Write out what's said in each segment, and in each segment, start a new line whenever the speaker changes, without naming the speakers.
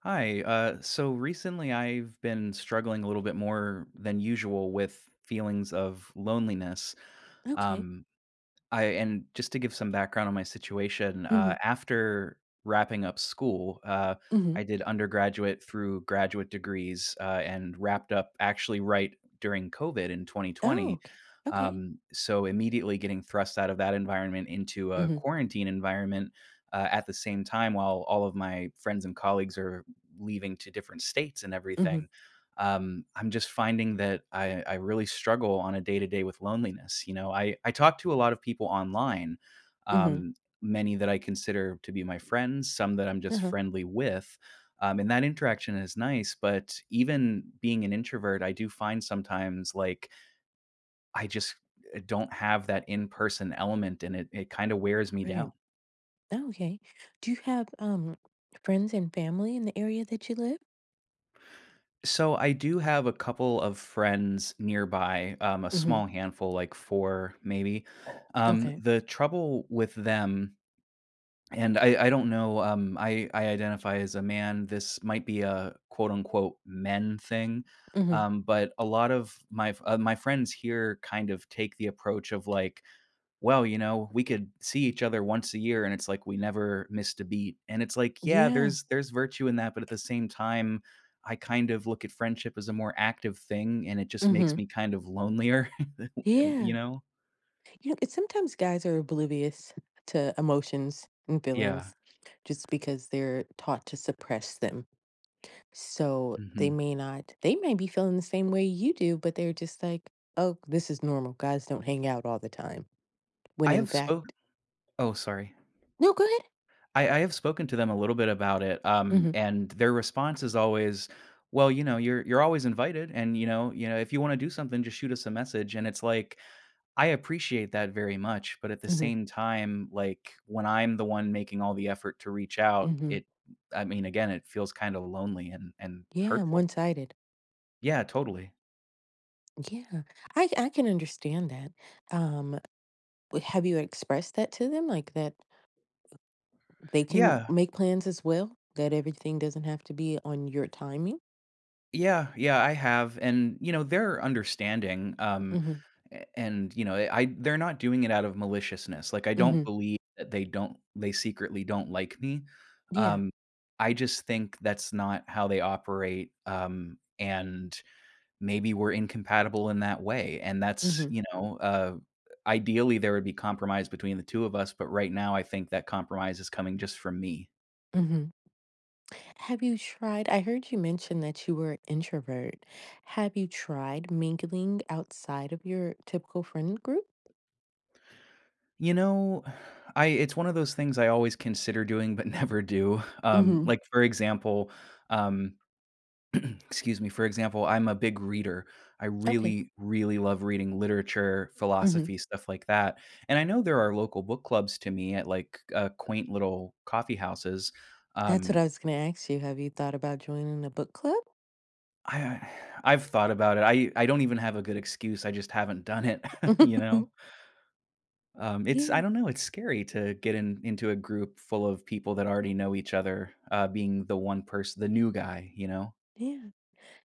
Hi. So recently I've been struggling a little bit more than usual with feelings of loneliness.
Okay.
Um, I and just to give some background on my situation,
Mhm.
after wrapping up school, I
Mhm.
did undergraduate through graduate degrees, and wrapped up actually right during COVID in
Oh,
2020.
okay. Okay.
So immediately getting thrust out of that environment into a
Mhm.
quarantine environment, at the same time while all of my friends and colleagues are leaving to different states and
Mhm.
everything I'm just finding that I really struggle on a day to day with loneliness. You know, I talk to a lot of people online,
Mhm.
um, many that I consider to be my friends, some that I'm just
Uh-huh.
friendly with. And that interaction is nice. But even being an introvert, I do find sometimes like I just don't have that in person element and it kind of wears me
Right.
down.
Oh, okay. Do you have friends and family in the area that you live?
So I do have a couple of friends nearby, a
Mhm.
small handful, like four maybe.
Okay.
The trouble with them, and I don't know, I identify as a man. This might be a quote unquote men thing.
Mhm.
But a lot of my friends here kind of take the approach of like well, you know, we could see each other once a year and it's like we never missed a beat. And it's like, yeah,
Yeah.
there's virtue in that, but at the same time, I kind of look at friendship as a more active thing and it just makes
Mhm.
me kind of lonelier, you
Yeah.
know?
It's sometimes guys are oblivious to emotions and
Yeah.
feelings just because they're taught to suppress them. So they
Mhm.
may not, they may be feeling the same way you do, but they're just like, oh, this is normal. Guys don't hang out all the time. When
I
in
have spoke
fact.
Oh, sorry.
No, go ahead.
I have spoken to them a little bit about it,
Mhm,
and their response is always, "Well, you know, you're always invited and, you know, if you wanna do something, just shoot us a message." And it's like, I appreciate that very much, but at the
mhm,
same time, like, when I'm the one making all the effort to reach out,
mhm.
it I mean, again, it feels kinda lonely and
Yeah,
hurtful.
one-sided.
Yeah, totally.
Yeah, I can understand that. Um, w have you expressed that to them, like, that they can
Yeah.
make plans as well? That everything doesn't have to be on your timing?
Yeah, yeah, I have, and, you know, they're understanding,
Mhm,
a and, you know, I they're not doing it out of maliciousness, like, I don't
mhm.
believe that they secretly don't like me.
Yeah.
Um, I just think that's not how they operate, and maybe we're incompatible in that way, and that's,
Mhm,
you know, ideally, there would be compromise between the two of us, but right now, I think that compromise is coming just from me.
mhm. Have you tried? I heard you mention that you were an introvert. Have you tried mingling outside of your typical friend group?
You know, I it's one of those things I always consider doing but never do.
Mhm.
Like, for example, um excuse me, for example, I'm a big reader. I
Okay.
really, really love reading literature,
Mhm.
philosophy, stuff like that, and I know there are local book clubs to me at, like, quaint little coffee houses,
That's what
um,
I was gonna ask you. Have you thought about joining a book club?
I uh, I've thought about it. I don't even have a good excuse. I just haven't done it, you know? It's I
Yeah,
don't know, it's scary to get in into a group full of people that already know each other, being the one person the new guy, you know?
yeah.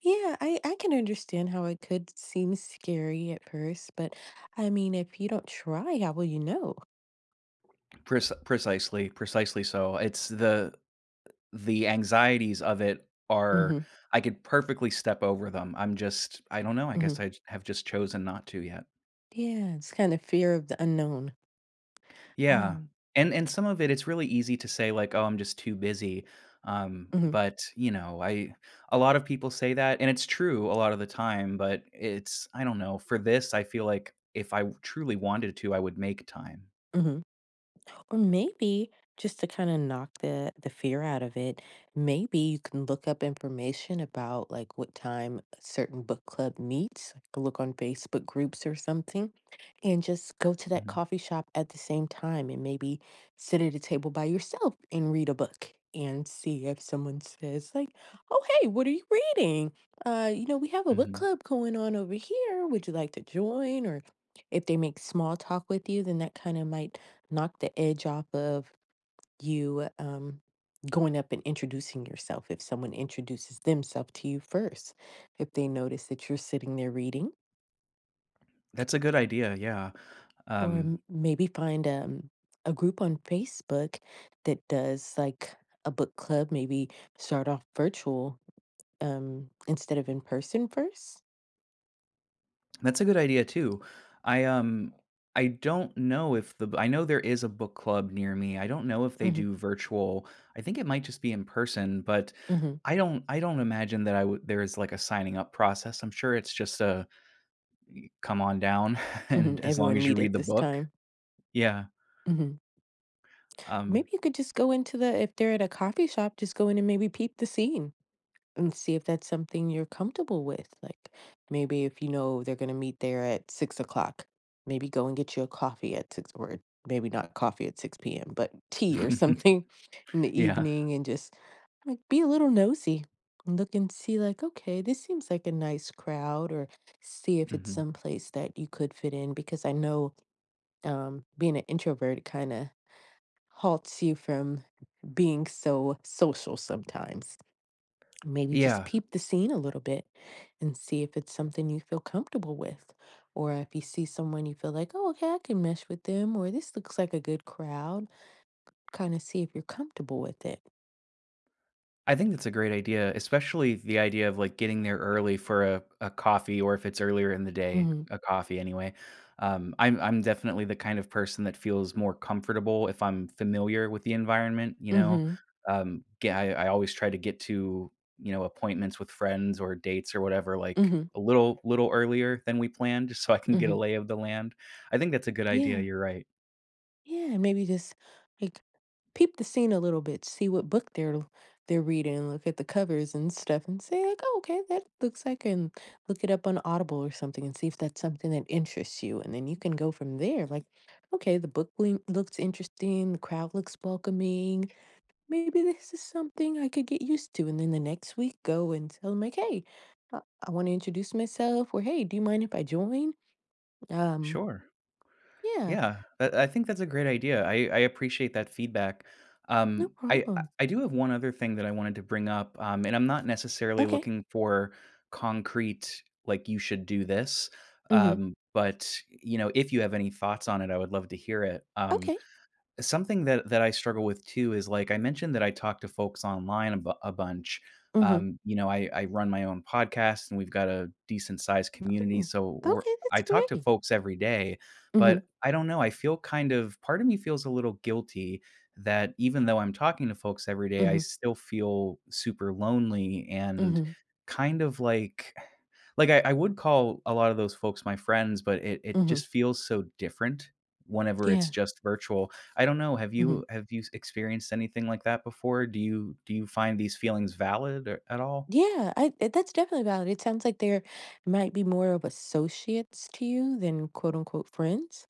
Yeah, I can understand how it could seem scary at first, but I mean, if you don't try, how will you know?
Precisely, precisely so. It's The anxieties of it are
Mhm,
I could perfectly step over them. I don't know, I guess
mhm.
have just chosen not to yet.
Yeah, it's kind of fear of the unknown.
Yeah,
Um,
and some of it, it's really easy to say like, "Oh, I'm just too busy,"
mhm,
but, you know, I a lot of people say that, and it's true a lot of the time, but it's I don't know, for this, I feel like if I truly wanted to, I would make time.
mhm. Or maybe just to kind of knock the fear out of it, maybe you can look up information about like what time a certain book club meets, like look on Facebook groups or something, and just go to that
Mhm,
coffee shop at the same time and maybe sit at a table by yourself and read a book and see if someone says like, "Oh, hey, what are you reading? We have a book
mhm.
club going on over here. Would you like to join?" Or if they make small talk with you, then that kind of might knock the edge off of you, going up and introducing yourself if someone introduces themselves to you first if they notice that you're sitting there reading.
That's a good idea, yeah,
Or
um
maybe find a group on Facebook that does like a book club, maybe start off virtual, instead of in person first.
that's a good idea too. I um I don't know if the I know there is a book club near me. I don't know if they
Hmm.
do virtual. I think it might just be in person, but
Hmm.
I don't imagine that I would there is like a signing up process. I'm sure it's just a come on down
Hmm.
and as long
Everyone
as you
meet
read
at
the
this
book.
time.
Yeah.
Hmm.
Um
Maybe you could just go into the if they're at a coffee shop, just go in and maybe peep the scene and see if that's something you're comfortable with. Like, maybe if you know they're gonna meet there at 6 o'clock, maybe go and get you a coffee at six, or maybe not coffee at six p.m., but tea or something in the
yeah.
evening, and just like be a little nosy and look and see like, okay, this seems like a nice crowd, or see if it's
Hmm.
someplace that you could fit in, because I know being an introvert kind of halts you from being so social sometimes. Maybe just
Yeah.
peep the scene a little bit and see if it's something you feel comfortable with. Or if you see someone you feel like, oh, okay, I can mesh with them, or this looks like a good crowd, kind of see if you're comfortable with it.
I think that's a great idea, especially the idea of like getting there early for a coffee or if it's earlier in the day,
Mm-hmm.
a coffee anyway. I'm definitely the kind of person that feels more comfortable if I'm familiar with the environment, you know.
Mm-hmm.
I always try to get to, you know, appointments with friends or dates or whatever, like
Mm-hmm.
a little earlier than we planned, just so I can get a
Mm-hmm.
lay of the land. I think that's a good idea.
Yeah.
You're right.
Yeah, and maybe just, like, peep the scene a little bit, see what book they're reading, look at the covers and stuff and say, like, "Oh, okay, that looks like," and look it up on Audible or something and see if that's something that interests you, and then you can go from there, like, "Okay, the book looks interesting, the crowd looks welcoming, maybe this is something I could get used to," and then the next week, go and tell them like, "Hey, uh, I wanna introduce myself," or, "Hey, do you mind if I join?" Um,
Sure.
yeah,
Yeah, that I think that's a great idea. I appreciate that feedback.
no
Um, I I
problem.
I do have one other thing that I wanted to bring up, and I'm not necessarily
Okay.
looking for concrete like you should do this,
Mhm.
but you know, if you have any thoughts on it, I would love to hear it.
Okay.
Something that I struggle with too is like I mentioned that I talk to folks online a bunch.
Mhm.
You know, I run my own podcast and we've got a decent sized community,
Oh,
so we're
okay,
I
that's
talk to
great.
folks every day,
Mhm,
but I don't know. I feel kind of part of me feels a little guilty that even though I'm talking to folks every day, I
mhm,
still feel super lonely and
mhm,
kind of like I would call a lot of those folks my friends, but it
mhm.
just feels so different whenever it's
Yeah,
just virtual I don't know,
mhm.
have you experienced anything like that before? Do you find these feelings valid or at all?
Yeah, that's definitely valid. It sounds like there might be more of associates to you than quote unquote friends.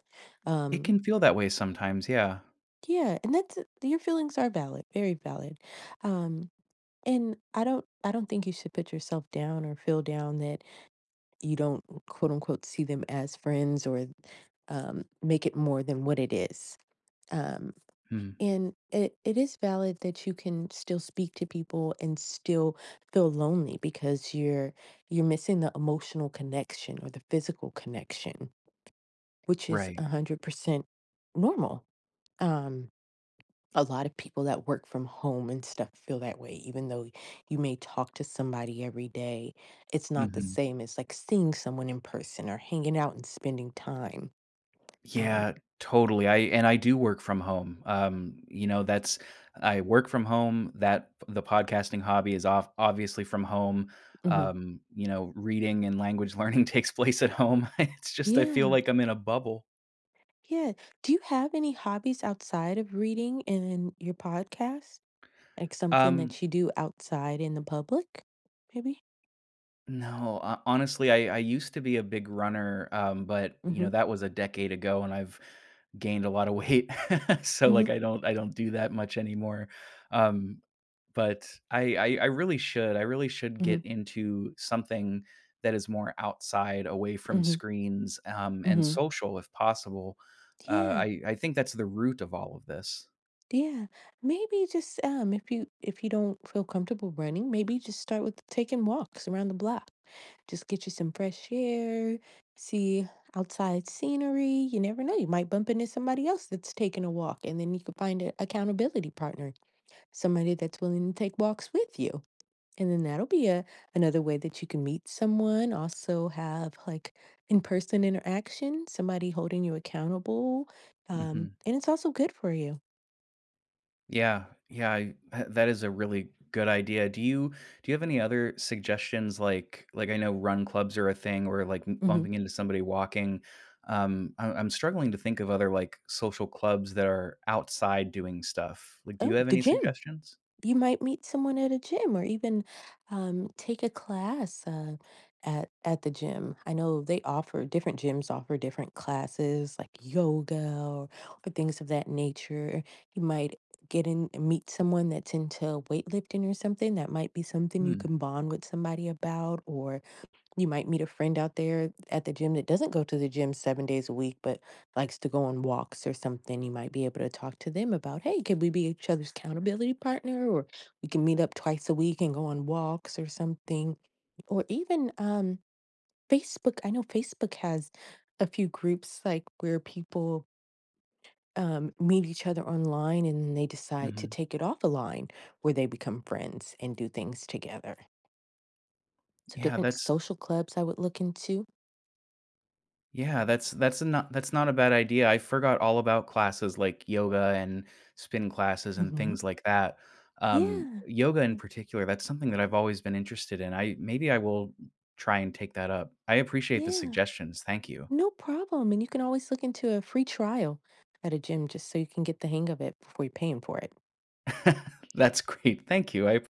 It
Um,
can feel that way sometimes, yeah.
yeah, and your feelings are valid, very valid. Um, and I don't think you should put yourself down or feel down that you don't quote unquote see them as friends, or make it more than what it is. Um,
Hmm.
And it is valid that you can still speak to people and still feel lonely because you're missing the emotional connection or the physical connection, which is
Right.
100% normal. Um, a lot of people that work from home and stuff feel that way, even though you may talk to somebody every day. It's not the
Mhm.
same as like seeing someone in person or hanging out and spending time. Um,
Yeah, totally. I And I do work from home. You know, that's I work from home. That the podcasting hobby is off obviously from home.
mhm.
You know, reading and language learning takes place at home. It's just I feel
Yeah.
like I'm in a bubble.
Yeah. Do you have any hobbies outside of reading and your podcast? Like something
Um
that you do outside in the public, maybe?
No, ho honestly, I used to be a big runner, but, you know,
Mhm.
that was a decade ago, and I've gained a lot of weight, so, like,
Mhm.
I don't do that much anymore, um, but I really should. I really should get
Mhm.
into something that is more outside, away from
Mhm.
screens, and
Mhm.
social if possible.
Yeah.
I think that's the root of all of this.
Yeah. Maybe just if you don't feel comfortable running, maybe just start with taking walks around the block. Just get you some fresh air, see outside scenery. You never know, you might bump into somebody else that's taking a walk, and then you could find an accountability partner, somebody that's willing to take walks with you. And then that'll be a another way that you can meet someone, also have like in-person interaction, somebody holding you accountable.
Mhm.
And it's also good for you.
Yeah, yeah, I tha that is a really good idea. Do you have any other suggestions, like, I know run clubs are a thing or, like, m
Hmm.
bumping into somebody walking. I'm struggling to think of other, like, social clubs that are outside doing stuff. Like, do you
Oh,
have
the
any
gym.
suggestions?
You might meet someone at a gym or even take a class, at the gym. I know they offer different, gyms offer different classes like yoga, or things of that nature. You might get in meet someone that's into weightlifting or something, that might be something you
Hmm,
can bond with somebody about, or. You might meet a friend out there at the gym that doesn't go to the gym 7 days a week, but likes to go on walks or something. You might be able to talk to them about, hey, could we be each other's accountability partner? Or we can meet up twice a week and go on walks or something. Or even Facebook. I know Facebook has a few groups like where people meet each other online, and then they decide to
mhm.
take it off a line, where they become friends and do things together. So
Yeah,
different
that's
social clubs I would look into.
Yeah, that's not a bad idea. I forgot all about classes like yoga and spin classes and
Mhm.
things like that.
Yeah.
Yoga in
Mm,
particular, that's something that I've always been interested in. I Maybe I will try and take that up. I appreciate the
yeah.
suggestions. Thank you.
No problem. And you can always look into a free trial at a gym just so you can get the hang of it before you're paying for it.
That's great. Thank you. I